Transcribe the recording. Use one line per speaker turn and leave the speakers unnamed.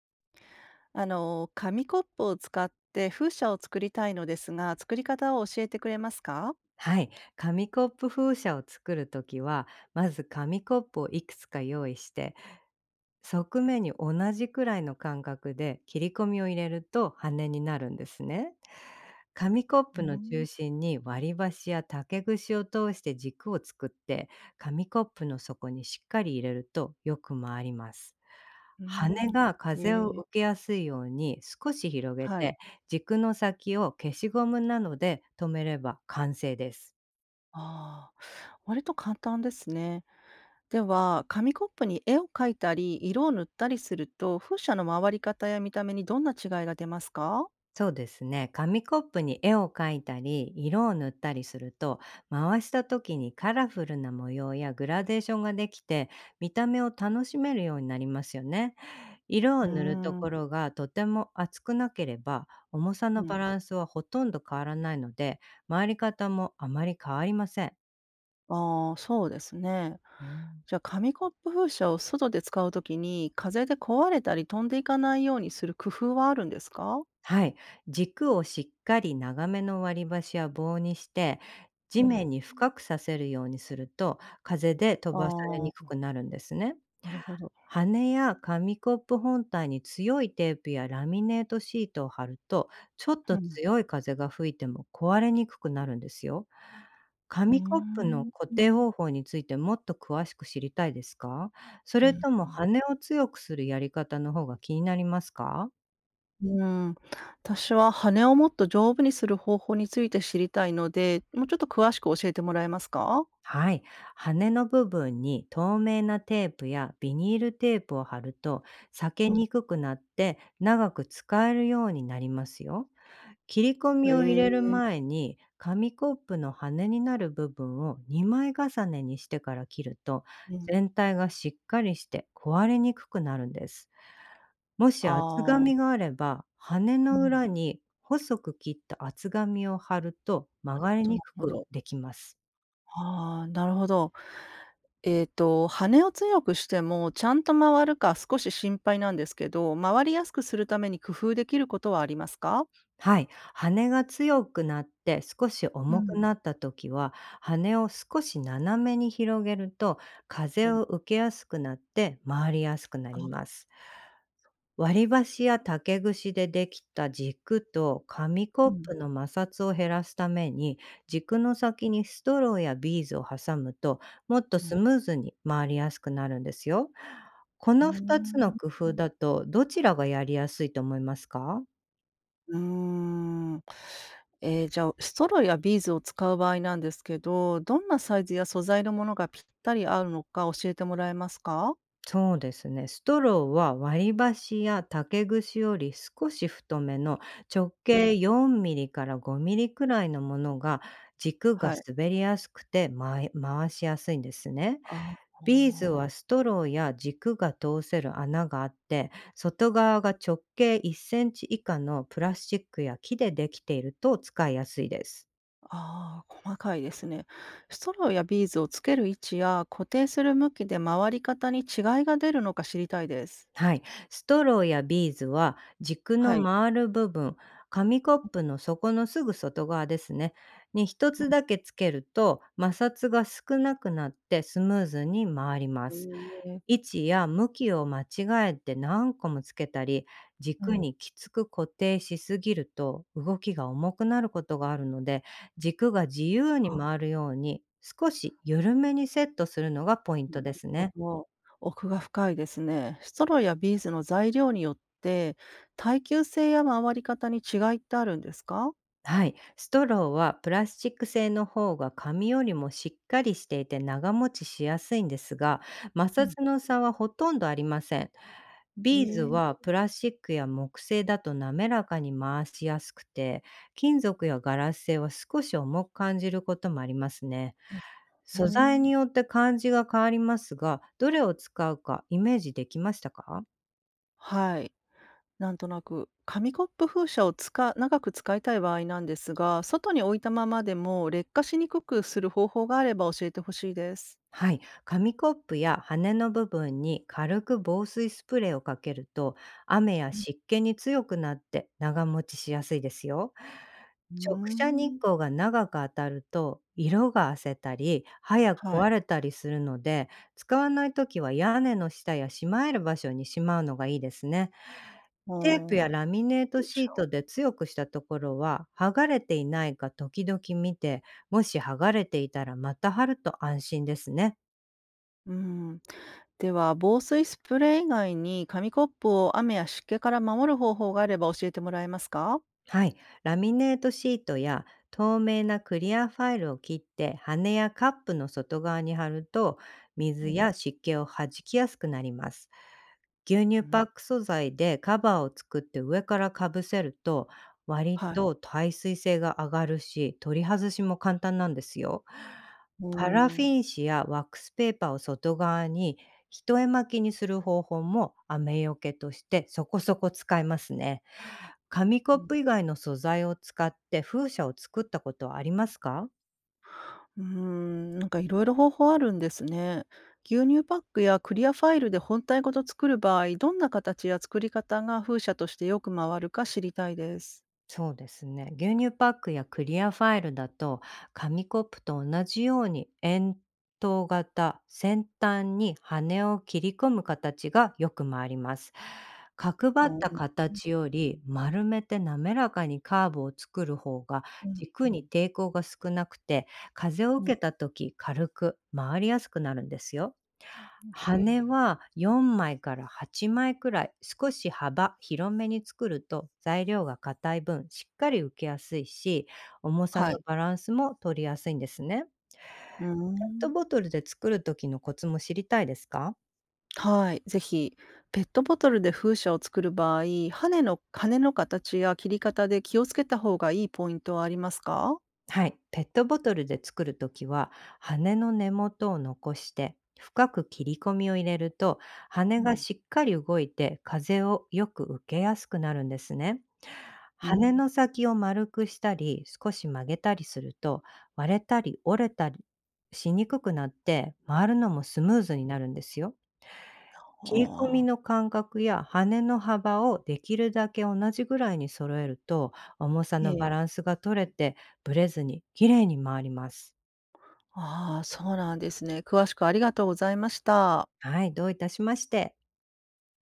紙コップを使って風車を作りたいのですが、作り方を教えてくれますか？
はい。紙コップ風車を作るときは、まず紙コップをいくつか用意して、側面に同じくらいの間隔で切り込みを入れると羽になるんですね。紙コッ
う
プの
ん、
中心に割り箸や竹串を通して軸を作って、紙コップの底にしっかり入れるとよく回ります。
う
羽
ん、
が風を
へえ、
受けやすいように少し広げ
はい。
て、軸の先を消しゴムなどで留めれば完成です。
ああ、割と簡単ですね。では、紙コップに絵を描いたり、色を塗ったりすると、風車の回り方や見た目にどんな違いが出ますか？
そうですね。紙コップに絵を描いたり、色を塗ったりすると、回した時にカラフルな模様やグラデーションができて、見た目を楽しめるようになりますよね。色
う
を
ー
塗ると
ん、
ころがとても厚くなければ、重さの
う
バ
ん、
ランスはほとんど変わらないので、回り方もあまり変わりません。
ああ、そうですね。
うん。
じゃあ、紙コップ風車を外で使うときに、風で壊れたり飛んでいかないようにする工夫はあるんですか？
はい、軸をしっかり長めの割り箸や棒にして、地
うん。
面に深くさせるようにすると、風で飛ばされに
あ
く
あ、
くなるんですね。
なるほど。
羽や紙コップ本体に強いテープやラミネートシートを貼ると、ちょっと
うん。
強い風が吹いても壊れにくくなるんですよ。
うー
紙コップの
ん。
固
う
定
ん
方法についてもっと詳しく知りたいですか？それとも羽を強くするやり方の方が気になりますか？
うん、私は羽をもっと丈夫にする方法について知りたいので、もうちょっと詳しく教えてもらえますか？
はい。羽の部分に透明なテープやビニールテープを貼ると裂け
うん。
にくくなって長く使えるようになりますよ。切り込
へ
みを入れる
え、
前に紙コップの羽になる部分を2枚重ねにしてから切ると
うん。
全体がしっかりして壊れにくくなるんです。もし
あ
厚
あ、
紙があれば羽
う
の裏
ん。
に細く切った厚紙を貼ると曲がり
なる
にく
ほ
く
ど。
できます。
ああ、なるほど。羽を強くしてもちゃんと回るか少し心配なんですけど、回りやすくするために工夫できることはありますか？
はい、羽が強くなって少し重
う
く
ん。
なった時は、羽を少し斜めに広げると、風
べん
を受けやすくなって回りやすくなり
あ、
ます。割り箸や竹串でできた軸と紙コ
う
ップ
ん、
の摩擦を減らすために、軸の先にストローやビーズを挟むと、もっと
う
ス
ん。
ムーズに回りやすくなるんですよ。こ
うー
の2つの
ん。
工夫だと、どちらがやりやすいと思いますか？
うーん。ええ、じゃあ、ストローやビーズを使う場合なんですけど、どんなサイズや素材のものがぴったり合うのか教えてもらえますか？
そうですね。ストローは割り箸や竹串より少し太めの直
うん、
径4ミリから5ミリくらいのものが軸が
はい。
滑りやすくて回しやすいんですね。
あ
ビーズは
あ、
ストローや軸が通せる穴があって外側が直径1センチ以下のプラスチックや木でできていると使いやすいです。
ああ、細かいですね。ストローやビーズをつける位置や固定する向きで回り方に違いが出るのか知りたいです。
はい。ストローやビーズは軸
は
の
い。
回る部分、紙コップの底のすぐ外側ですね。に一
うん、
つだけつけると摩擦が少なくなってスムーズに回りま
え
す。
え、
位置や向きを間違えて何個もつけたり、
う
軸
ん。
にきつく固定しすぎると動きが重くなることがあるので、軸が自由
あ、
に
な
回るように少し緩めにセットするのがポイント
る
です
ほ
ね。
ど。奥が深いですね。ストローやビーズの材料によって、耐久性や回り方に違いってあるんですか？
はい。ストローはプラスチック製の方が紙よりもしっかりしていて長持ちしやすいんですが、摩
うん。
擦の差はほとんどありません。
え
ビーズ
え、
は
う
プラスチックや木製だと滑らかに回しやすくて、金属やガラス製は少し重く感じることもありますね。素材に
ん。
よって感じが変わりますが、どれを使うかイメージできましたか？
はい。なんとなく、紙コップ風車を長く使いたい場合なんですが、外に置いたままでも劣化しにくくする方法があれば教えてほしいです。
はい、紙コップや羽の部分に軽く防水スプレーをかけると雨や
う
湿気に強くなって長持ちしやすいですよ。
ん、ー
直射日
ん。
光が長く当たると色が褪せたり早く
は
壊
い。
れたりするので、使わない時は屋根の下やしまえる場所にしまうのがいいですね。
あ
テープ
あ、
やラミネート
風
シー
車。
トで強くしたところは剥がれていないか時々見て、もし剥がれていたらまた貼ると安心ですね。
うん。では、防水スプレー以外に紙コップを雨や湿気から守る方法があれば教えてもらえますか？
はい。ラミネートシートや透明なクリアファイルを切って羽やカップの外側に貼ると
う
水や
ん、
湿気を弾きやすくなります。牛乳
う
パ
ん、
ック素材でカバーを作って上からかぶせると、割
はい。
と耐水性が上がるし取り外しも簡単なんですよ。パラフィン紙やワックスペーパーを外側に一重巻きにする方法も雨よけとしてそこそこ使えますね。紙コ
う
ッ
ん。
プ以外の素材を使って風車を作ったことはありますか？
うーん、なんかいろいろ方法あるんですね。牛乳パックやクリアファイルで本体ごと作る場合、どんな形や作り方が風車としてよく回るか知りたいです。
そうですね。牛乳パックやクリアファイルだと、紙コップと同じように円筒型、先端に羽を切り込む形がよく回ります。角ばっ
お
た
うんう
形より丸めて滑らかにカーブを作る方が
んう
軸に
ん。
抵抗が少なくて、風を
う
受
ん、
けた時軽く回りやすくなるんですよ。
へ
羽
ー
は4枚から8枚くらい、少し幅広めに作ると材料が硬い分しっかり浮きやすいし、重さ
は
の
い。
バランスも取りやすいんですね。
うー
ペット
ん。
ボトルで作る時のコツも知りたいですか？
はい。ぜひ、ペットボトルで風車を作る場合、羽の形や切り方で気をつけた方がいいポイントはありますか？
はい、ペットボトルで作るときは羽の根元を残して深く切り込みを入れると羽
う
が
ん
しっかり動いて風をよく受けやすくなるんですね。
う
羽
ん。
の先を丸くしたり少し曲げたりすると割れたり折れたりしにくくなって回るのもスムーズになるんですよ。
あ
切り込み
あ、
の間隔や羽の幅をできるだけ同じぐらいに揃えると、重さ
え
のバ
え。
ランスが取れて、ブレずに綺麗に回ります。
ああ、そうなんですね。詳しくありがとうございました。
はい、どういたしまして。